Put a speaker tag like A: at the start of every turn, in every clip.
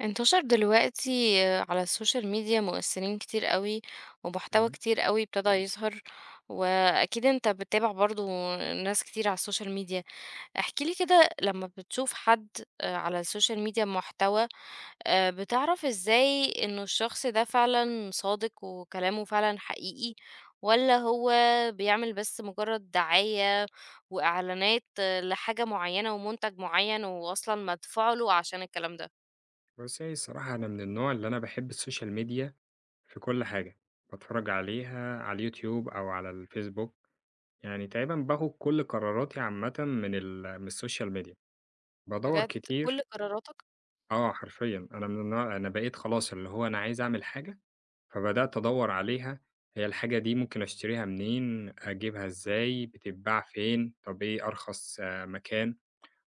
A: انتشر دلوقتي على السوشيال ميديا مؤثرين كتير قوي ومحتوى
B: إمم.
A: كتير قوي ابتدى يظهر. واكيد انت بتتابع برضو ناس كتير على السوشيال ميديا. احكي لي كده لما بتشوف حد على السوشيال ميديا محتوى، بتعرف ازاي انه الشخص ده فعلا صادق وكلامه فعلا حقيقي ولا هو بيعمل بس مجرد دعاية وإعلانات لحاجة معينة ومنتج معين وأصلا مدفوع له عشان الكلام ده.
B: بُصّي، الصراحة أنا من النوع اللي أنا باحب السوشيال ميديا في كل حاجة، باتفرّج عليها على اليوتيوب أو على الفيسبوك، يعني تقريبًا باخُد كل قراراتي عامةً من السوشيال ميديا، بادوّر
A: بجد؟ كل
B: كتير.
A: قراراتك؟
B: حرفيًا أنا من النوع أنا بقيت خلاص اللي هو أنا عايز أعمل حاجة، فبدأت أدوّر عليها، هي الحاجة دي ممكن أشتريها منين، أجيبها إزاي، بتتباع فين، طب إيه أرخص مكان،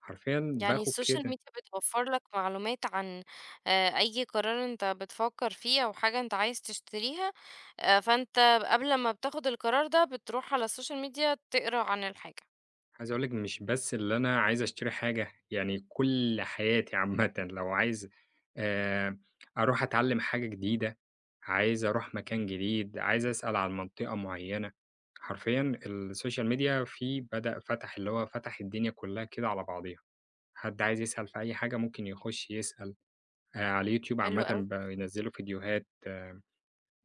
B: حرفيًا
A: يعني
B: باخُد
A: السوشيال
B: كده.
A: ميديا بتوفر لك معلومات عن أي قرار أنت بتفكر فيه أو حاجة أنت عايز تشتريها، فأنت قبل ما بتاخد القرار ده بتروح على السوشيال ميديا تقرا عن الحاجة.
B: عايز أقول لِك مش بس اللي أنا عايز أشتري حاجة، يعني كل حياتي عامةً لو عايز آآ أروح أتعلّم حاجة جديدة، عايز أروح مكان جديد، عايز أسأل عن منطقة معيّنة، حرفيًا السوشيال ميديا فيه بدأ فتح اللي هو فتح الدنيا كلّها كده على بعضيها، حد عايز يسأل في أي حاجة ممكن يخُش يسأل. على اليوتيوب
A: حلو
B: عامةً
A: أوي.
B: بقوا ينزّلوا فيديوهات،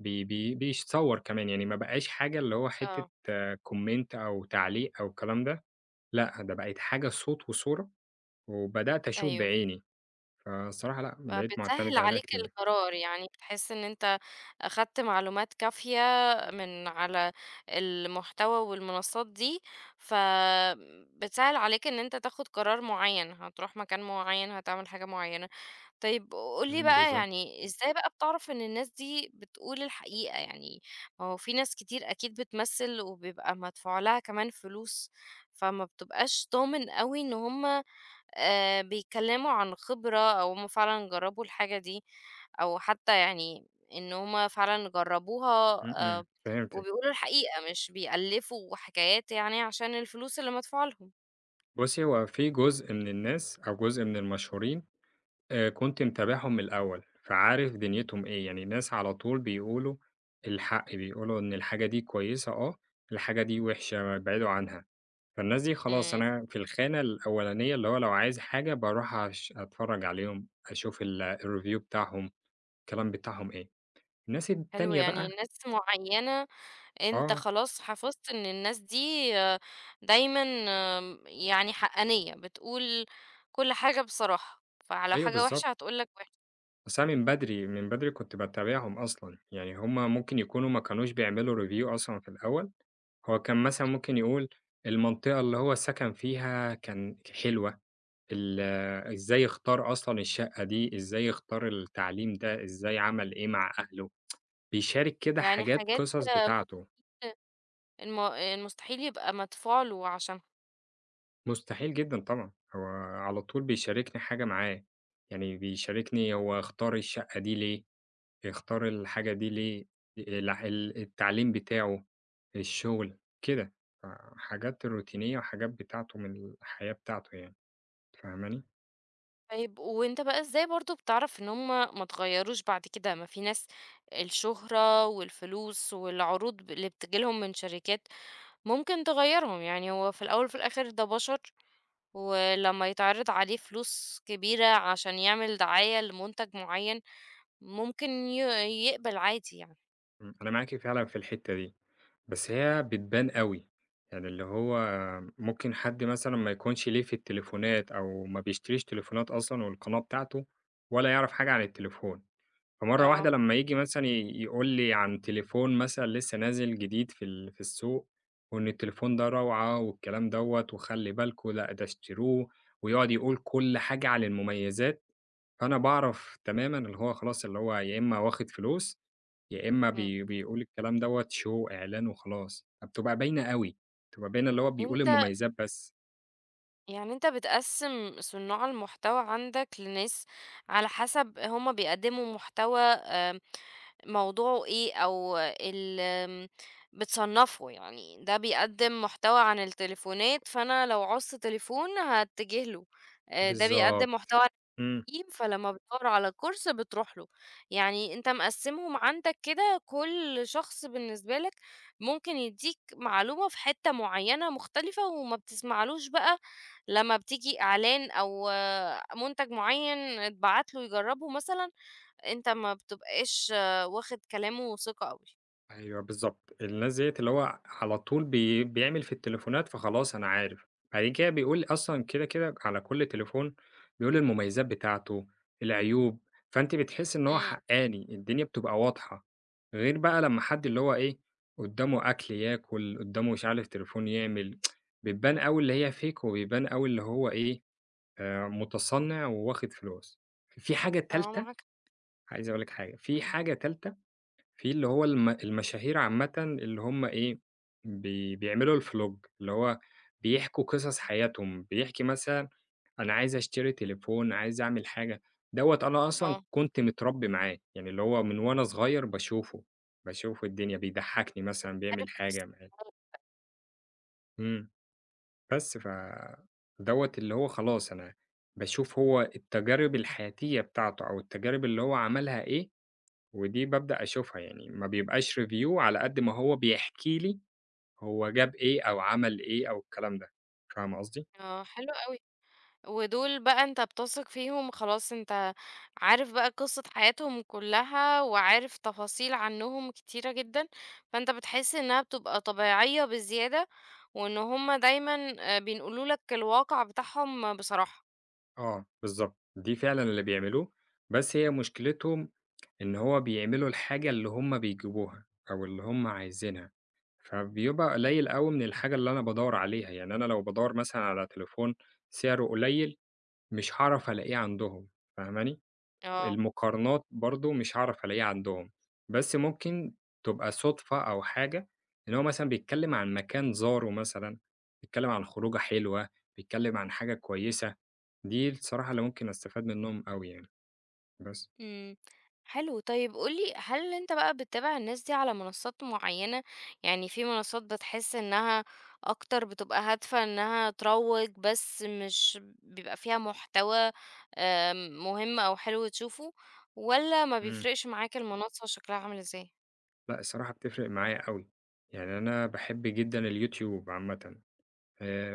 B: بي بي بيصوّر كمان، يعني ما بقاش حاجة اللي هو حتّة
A: اه.
B: كومنت أو تعليق أو الكلام ده. لأ، ده بقت حاجة صوت وصورة، وبدأت أشوف
A: أيوه.
B: بعيني، فالصراحة لأ، بقيت مُعتمد
A: فبتسهّل
B: عليها
A: عليك
B: كتير.
A: القرار، يعني بتحس إن أنت أخدت معلومات كافية من على المحتوى والمنصات دي، فبتسهّل عليك إن أنت تاخد قرار معيّن، هتروح مكان معيّن، هتعمل حاجة معيّنة. طيب قُل لي
B: إمم،
A: بقى
B: بالضبط.
A: يعني إزاي بقى بتعرف إن الناس دي بتقول الحقيقة؟ يعني ما هو في ناس كتير أكيد بتمثّل وبيبقى مدفوع لها كمان فلوس، فما بتبقاش ضامن أوي إن هُم بيتكلّموا عن خبرة أو هُم فعلًا جرّبوا الحاجة دي، أو حتى يعني إن هُم فعلًا جرّبوها
B: إمم، إمم،
A: آآ
B: فهمتِك.
A: وبيقولوا الحقيقة، مش بيألّفوا حكايات يعني عشان الفلوس اللي مدفوعة لهم.
B: بُصّي، هو في جزء من الناس أو جزء من المشهورين كنت متابعهم من الأول، فعارف دنيتهم إيه، يعني ناس على طول بيقولوا الحق، بيقولوا إن الحاجة دي كويسة، الحاجة دي وِحشة ابعدوا عنها، فالناس دي خلاص
A: إمم.
B: أنا في الخانة الأولانية، اللي هو لو عايز حاجة باروح أتفرّج عليهم، أشوف ال الreview بتاعهم، الكلام بتاعهم إيه. الناس
A: حلو،
B: التانية بقى.
A: يعني ناس معيّنة أنت
B: آه،
A: خلاص حفظت إن الناس دي آه، دايمًا يعني حقّانية، بتقول كل حاجة بصراحة، فلو
B: أيوه
A: حاجة
B: بالضبط،
A: وِحشة هتقول لك وِحشة.
B: بس أنا من بدري، من بدري كنت باتابعهم أصلًا، يعني هم ممكن يكونوا ما كانوش بيعملوا review أصلًا في الأول، هو كان مثلًا ممكن يقول المنطقة اللي هو سكن فيها كان حلوة، ال إزاي اختار أصلًا الشقة دي، إزاي اختار التعليم ده، إزاي عمل إيه مع أهله، بيشارك كده
A: يعني
B: حاجات
A: حاجات،
B: قصص
A: آه، مت
B: بتاعته،
A: الم المستحيل يبقى مدفوع له عشانها.
B: مستحيل جدًا طبعًا، هو على طول بيشاركني حاجة معاه، يعني بيشاركني هو اختار الشقة دي ليه؟ يختار الحاجة دي ليه، الع ال التعليم بتاعه، الشغل، كده. فحاجات روتينية وحاجات بتاعته من الحياة بتاعته يعني، فاهماني؟
A: طيب وأنت بقى إزاي برضه بتعرف إن هم ما اتغيّروش بعد كده؟ ما في ناس الشهرة والفلوس والعروض اللي بتيجي لهم من شركات ممكن تغيّرهم، يعني هو في الأول وفي الآخر ده بشر، ولمّا يتعرض عليه فلوس كبيرة عشان يعمل دعاية لمنتج معيّن، ممكن يقبل عادي يعني.
B: أنا معاكِ فعلًا في الحتّة دي، بس هي بتبان أوي، يعني اللي هو ممكن حد مثلًا ما يكونش ليه في التليفونات أو ما بيشتريش تليفونات أصلًا والقناة بتاعته ولا يعرف حاجة عن التليفون. فمرة واحدة
A: آه.
B: لمّا ييجي مثلًا يقول لي عن تليفون مثلًا لسه نازل جديد في ال في السوق، وإن التليفون ده روعة والكلام دوّة وخلّي بالكم، لأ ده اشتروه، ويقعد يقول كل حاجة عن المميزات، فأنا باعرف تمامًا اللي هو خلاص اللي هو يا إمّا واخد فلوس، يا إمّا بيقول الكلام دوّة show إعلان وخلاص، فبتبقى باينة أوي، بتبقى باينة اللي هو
A: إمم.
B: بيقول المميزات بس.
A: يعني انت بتقسم صناع المحتوى عندك لناس على حسب هما بيقدموا محتوى، موضوعه ايه او ال آم، بتصنفه، يعني ده بيقدم محتوى عن التليفونات فانا لو عوزت تليفون هتجه له. ده
B: بالضبط.
A: بيقدم محتوى
B: إمم.
A: تقييم، فلمّا بتدوّر على كورس بتروح له. يعني أنت مقسّمهم عندك كده كل شخص بالنسبة لك ممكن يدّيك معلومة في حتّة معيّنة مختلفة وما بتسمعلوش بقى لمّا بتيجي إعلان أو منتج معيّن اتبعت له يجرّبه مثلًا، أنت ما بتبقاش واخد كلامه ثقة أوي.
B: أيوه بالضبط، الناس ديّة اللي هو على طول بيعمل في التليفونات فخلاص أنا عارف، بعد كده بيقول أصلًا كده، كده على كل تليفون بيقول المميزات بتاعته، العيوب، فأنتِ بتحسّي إن هو
A: إمم.
B: حقّاني، الدنيا بتبقى واضحة، غير بقى لمّا حد اللي هو إيه، قدّامه أكل ياكل، قدّامه مش عارف تليفون يعمل، بتبان أوي اللي هي fake وبيبان أوي اللي هو إيه، مُتصنِّع وواخد فلوس. في حاجة
A: آه،
B: تالتة،
A: معاك.
B: عايز أقول لِك حاجة، في حاجة تالتة في اللي هو المشاهير عامةً اللي هم إيه، بيعملوا الفلوج، اللي هو بيحكوا قصص حياتهم، بيحكي مثلًا أنا عايز أشتري تليفون، عايز أعمل حاجة، دوّة أنا أصلًا
A: آه،
B: كنت متربي معاه، يعني اللي هو من وأنا صغير باشوفه، باشوف الدنيا، بيضحكني مثلًا بيعمل
A: عارف. بُص،
B: حاجة معاه، إمم، بس دوّة اللي هو خلاص أنا باشوف هو التجارب الحياتية بتاعته أو التجارب اللي هو عملها إيه، ودي بابدأ أشوفها يعني ما بيبقاش review على قد ما هو بيحكي لي هو جاب إيه أو عمل إيه أو الكلام ده، فاهمة قصدي؟
A: آه، حلو أوي. ودول بقى أنت بتثق فيهم خلاص أنت عارف بقى قصة حياتهم كلها وعارف تفاصيل عنهم كتيرة جدًا، فأنت بتحس إنها بتبقى طبيعية بزيادة، وإن هُم دايمًا بينقلوا لك الواقع بتاعهم بصراحة.
B: آه، بالضبط، دي فعلًا اللي بيعملوه، بس هي مشكلتهم إن هو بيعملوا الحاجة اللي هم بيجيبوها أو اللي هم عايزينها، فبيبقى قليل أوي من الحاجة اللي أنا بادوّر عليها، يعني أنا لو بادوّر مثلًا على تليفون سعره قليل مش هاعرف ألاقيه عندهم، فاهماني؟
A: آه.
B: المقارنات برضه مش هاعرف ألاقيها عندهم، بس ممكن تبقى صُدفة أو حاجة إن هو مثلًا بيتكلّم عن مكان زاره مثلًا، بيتكلّم عن خروجة حلوة، بيتكلّم عن حاجة كويسة، دي الصراحة اللي ممكن أستفاد منّهم أوي يعني، بس.
A: إمم. حلو، طيب قُل لي هل أنت بقى بتتابع الناس دي على منصات معيّنة؟ يعني في منصات بتحس إنها أكتر بتبقى هادفة إنها تروّج بس مش بيبقى فيها محتوى مهم أو حلو تشوفه، والّا ما
B: إمم.
A: بيفرقش معاك المنصة شكلها عامل إزاي؟
B: لأ الصراحة بتفرق معايا أوي، يعني أنا باحب جدًا اليوتيوب عامةً.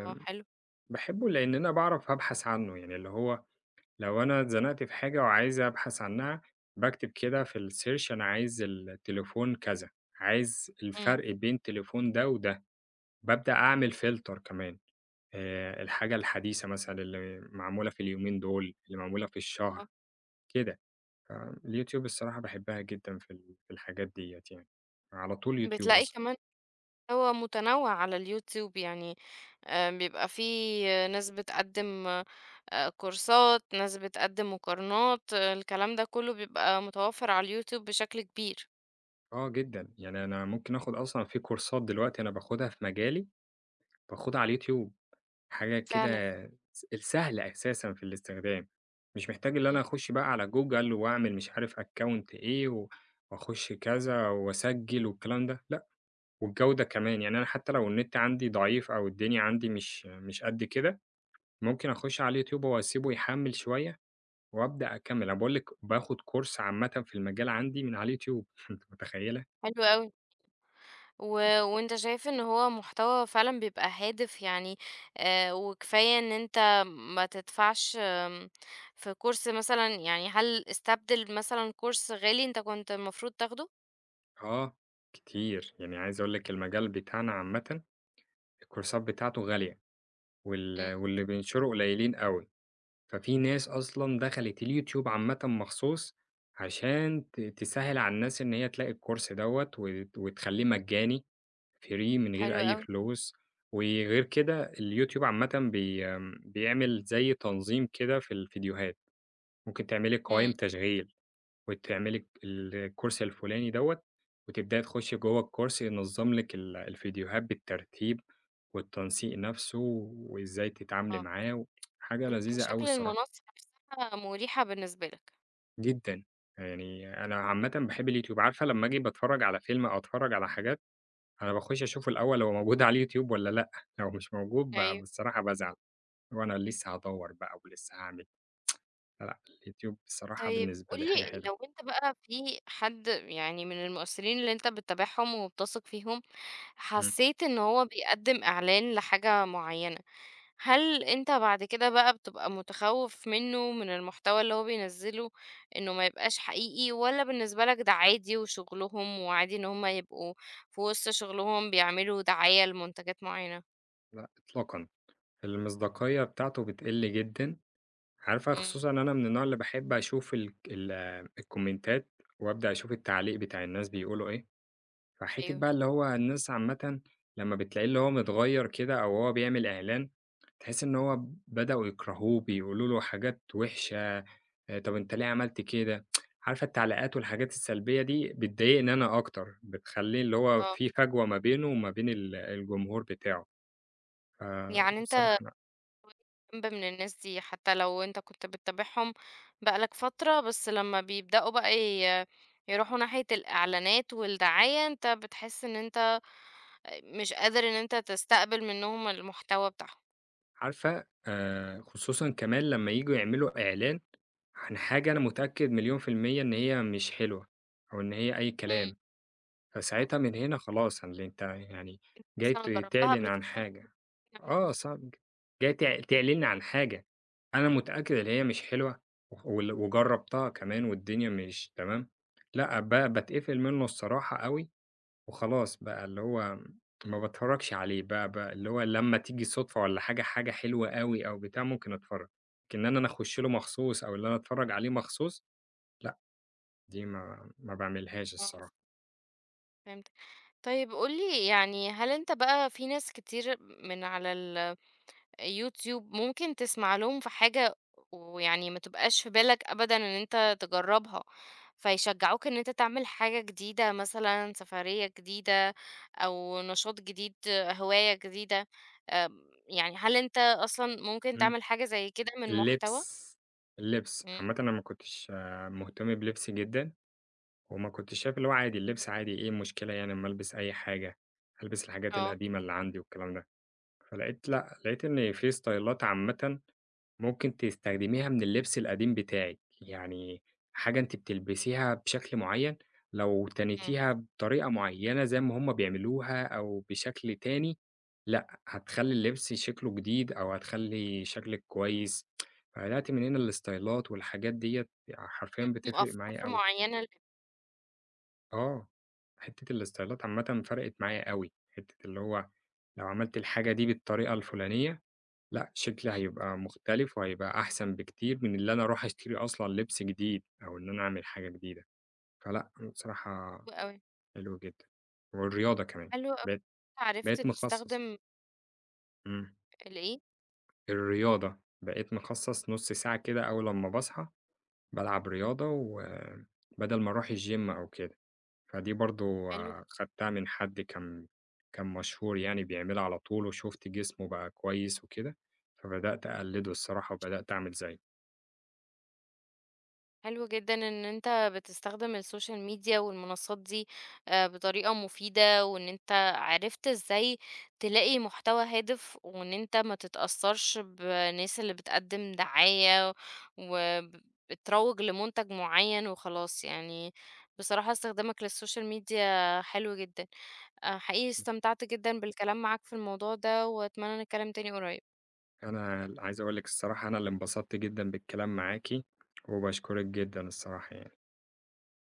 A: آه، حلو.
B: باحبه لإن أنا باعرف أبحث عنه، يعني اللي هو لو أنا اتزنقت في حاجة وعايز أبحث عنها، باكتب كده في الsearch أنا عايز التليفون كذا، عايز
A: إمم.
B: الفرق بين التليفون ده وده، بابدأ أعمل فلتر كمان، الحاجة الحديثة مثلًا اللي معمولة في اليومين دول، اللي معمولة في الشهر،
A: آه،
B: كده. فاليوتيوب الصراحة باحبها جدًا في ال في الحاجات ديّة يعني، على طول يوتيوب
A: بتلاقي
B: أصلًا.
A: كمان هو متنوع على اليوتيوب يعني. بيبقى فيه ناس بتقدم كورسات، ناس بتقدم مقارنات. الكلام ده كله بيبقى متوفر على اليوتيوب بشكل كبير.
B: آه جدًا، يعني أنا ممكن آخد أصلًا في كورسات دلوقتي أنا باخدها في مجالي، باخدها على اليوتيوب. حاجة كده
A: فعلا.
B: السهلة أساسًا في الاستخدام، مش محتاج اللي أنا
A: مم.
B: أخُش بقى على جوجل وأعمل مش عارف account إيه و وأخُش كذا وأسجّل والكلام ده، لأ، والجودة كمان، يعني أنا حتى لو النت عندي ضعيف أو الدنيا عندي مش قد كده، ممكن أخُش على اليوتيوب وأسيبه يحمّل شوية وأبدأ أكمّل، أنا باقول لِك باخُد كورس عامةً في المجال عندي من على اليوتيوب، أنتِ متخيّلة؟
A: حلو قوي. و... وانت شايف ان هو محتوى فعلا بيبقى هادف يعني. وكفاية ان انت ما تدفعش في كورس مثلا، يعني هل استبدل مثلا كورس غالي انت كنت المفروض تاخده؟
B: آه، كتير، يعني عايز أقول لِك المجال بتاعنا عامةً الكورسات بتاعته غالية.
A: مم.
B: واللي بينشروا قليلين أوي، ففي ناس أصلًا دخلت اليوتيوب عامةً مخصوص عشان تسهّل على الناس إن هي تلاقي الكورس دوّة وتخلّيه مجاني free من غير
A: حلو
B: أي
A: قوي.
B: فلوس، وغير كده اليوتيوب عامةً بيعمل زي تنظيم كده في الفيديوهات، ممكن تعملي
A: مم.
B: قوائم تشغيل. وتعملي الكورس الفلاني دوّة، وتبدئي تخشي جوّه الكورس ينظّم لِك الفيديوهات بالترتيب، والتنسيق نفسه، وإزاي تتعاملي
A: اه.
B: معاه، حاجة
A: أنت
B: لذيذة أوي
A: شكل
B: الصراحة،
A: المنصة نفسها مريحة بالنسبة لك.
B: جدًا. يعني أنا عامةً باحب اليوتيوب، عارفة لمّا آجي باتفرّج على فيلم أو أتفرّج على حاجات، أنا باخش أشوف الأول هو موجود على اليوتيوب والّا لأ، لو مش موجود
A: أيوه.
B: بصراحة بازعل، اللي هو أنا لسه هادوّر بقى ولسه هاعمل، فلأ اليوتيوب بصراحة
A: طيب
B: بالنسبة
A: قُل
B: لي حاجة
A: لي
B: حلوة.
A: لو أنت بقى في حد يعني من المؤثرين اللي أنت بتتابعهم وبتثق فيهم،
B: إمم،
A: حسيت إن هو بيقدّم إعلان لحاجة معيّنة، هل أنت بعد كده بقى بتبقى متخوّف منه، من المحتوى اللي هو بينزّله إنه ما يبقاش حقيقي والّا بالنسبة لك ده عادي وشغلهم وعادي إن هم يبقوا في وسط شغلهم بيعملوا دعاية لمنتجات معيّنة؟
B: لأ إطلاقًا. المصداقية بتاعته بتقل جدًا، عارفة
A: إمم.
B: خصوصًا أنا من النوع اللي باحب أشوف الكومنتات وأبدأ أشوف التعليق بتاع الناس بيقولوا إيه، فحتّة
A: أيوه.
B: بقى اللي هو الناس عامةً لمّا بتلاقيه اللي هو متغيّر كده أو هو بيعمل إعلان، تحسّي إن هو بدأوا يكرهوه، بيقولوا له حاجات وِحشة، طَب أنت ليه عملت كده؟ عارفة التعليقات والحاجات السلبية دي بتضايقني أنا أكتر، بتخلّي اللي هو
A: آه.
B: في فجوة ما بينه وما بين الجمهور بتاعه،
A: يعني أنت
B: فبصراحة أنا
A: جنب من الناس دي حتى لو انت كنت بتتابعهم بقالك فترة، بس لما بيبدأوا بقى يروحوا ناحية الإعلانات والدعاية، انت بتحس ان انت مش قادر ان انت تستقبل منهم المحتوى بتاعهم.
B: عارفة خصوصًا كمان لمّا ييجوا يعملوا إعلان عن حاجة أنا متأكد مليون في المِيّة إن هي مش حلوة، أو إن هي أي
A: مم.
B: كلام،
A: اه.
B: فساعتها من هنا خلاص اللي أنت يعني جاي
A: بس انا جربتها
B: تعلن
A: قبل
B: عن
A: كده.
B: حاجة. صعب. جاي تعلن عن حاجة أنا متأكد إن هي مش حلوة وخ وال وجرّبتها كمان والدنيا مش تمام، لأ باتقفل منه الصراحة أوي وخلاص بقى اللي هو ما باتفرّجش عليه بقى اللي هو لمّا تيجي صُدفة والّا حاجة، حاجة حلوة أوي أو بتاع ممكن أتفرّج، لكن إن أنا أخُش له مخصوص أو اللي أنا أتفرّج عليه مخصوص لأ، دي ما باعملهاش
A: اه،
B: الصراحة.
A: فهمت. طيب قولي يعني هل انت بقى في ناس كتير من على ال يوتيوب، ممكن تسمع لهم في حاجة ويعني ما تبقاش في بالك أبدًا إن أنت تجرّبها، فيشجعوك إن أنت تعمل حاجة جديدة مثلًا، سفرية جديدة أو نشاط جديد، هواية جديدة. يعني هل أنت أصلًا ممكن
B: إمم.
A: تعمل حاجة زي كده من محتوى؟
B: اللبس، اللبس،
A: إمم.
B: عامةً أنا ما كنتش مهتم بلبسي جدًا وما كنتش شايف اللي هو عادي، اللبس عادي إيه المشكلة يعني أمّا ألبس أي حاجة، ألبس الحاجات
A: آه.
B: القديمة اللي عندي والكلام ده، فلقيت لأ، لقيت إن في ستايلات عامةً ممكن تستخدميها من اللبس القديم بتاعِك، يعني حاجة أنتِ بتلبسيها بشكل معيّن، لو
A: إمم.
B: تنيتيها بطريقة معيّنة زي ما هُم بيعملوها أو بشكل تاني، لأ، هتخلّي اللبس شكله جديد أو هتخلّي شكلِك كويس، فبدأت من هنا الإستايلات والحاجات ديّة حرفيًا
A: ليهم
B: بتفرق
A: أفكار
B: معايا أوي.
A: معيّنة
B: آه، حتّة الإستايلات عامةً فرقت معايا أوي، حتّة اللي هو لو عملت الحاجة دي بالطريقة الفلانية لأ، شكلي
A: إمم.
B: هيبقى مختلف وهيبقى أحسن بكتير من اللي أنا أروح أشتري أصلًا لبس جديد أو إن أنا أعمل حاجة جديدة، فلأ بصراحة
A: حلو أوي.
B: حلو جدًا. والرياضة كمان،
A: حلو أوي.
B: بقيت
A: عرفت
B: بقيت مخصّص.
A: تستخدم
B: إمم،
A: الإيه؟
B: الرياضة بقيت مخصّص نُص ساعة كده أول أمّا باصحى بالعب رياضة وبدل ما أروح الgym أو كده، فدي برضه
A: حلو.
B: خدتها من حد كان مشهور يعني بيعملها على طول وشُفت جسمه بقى كويس وكده، فبدأت أقلّده الصراحة وبدأت أعمل زيه.
A: حلو جدًا إن أنت بتستخدم السوشيال ميديا والمنصات دي بطريقة مفيدة، وإن أنت عرفت إزاي تلاقي محتوى هادف، وإن أنت ما تتأثّرش بالناس اللي بتقدّم دعاية وب بتروّج لمنتج معيّن وخلاص، يعني بصراحة استخدامك للسوشيال ميديا حلو جدًا. حقيقي استمتعت جدًا بالكلام معاك في الموضوع ده، وأتمنى نتكلم تاني قريب.
B: أنا عايز أقول لِك الصراحة أنا اللي انبسطت جدًا بالكلام معاكِ، وباشكرِك جدًا الصراحة يعني.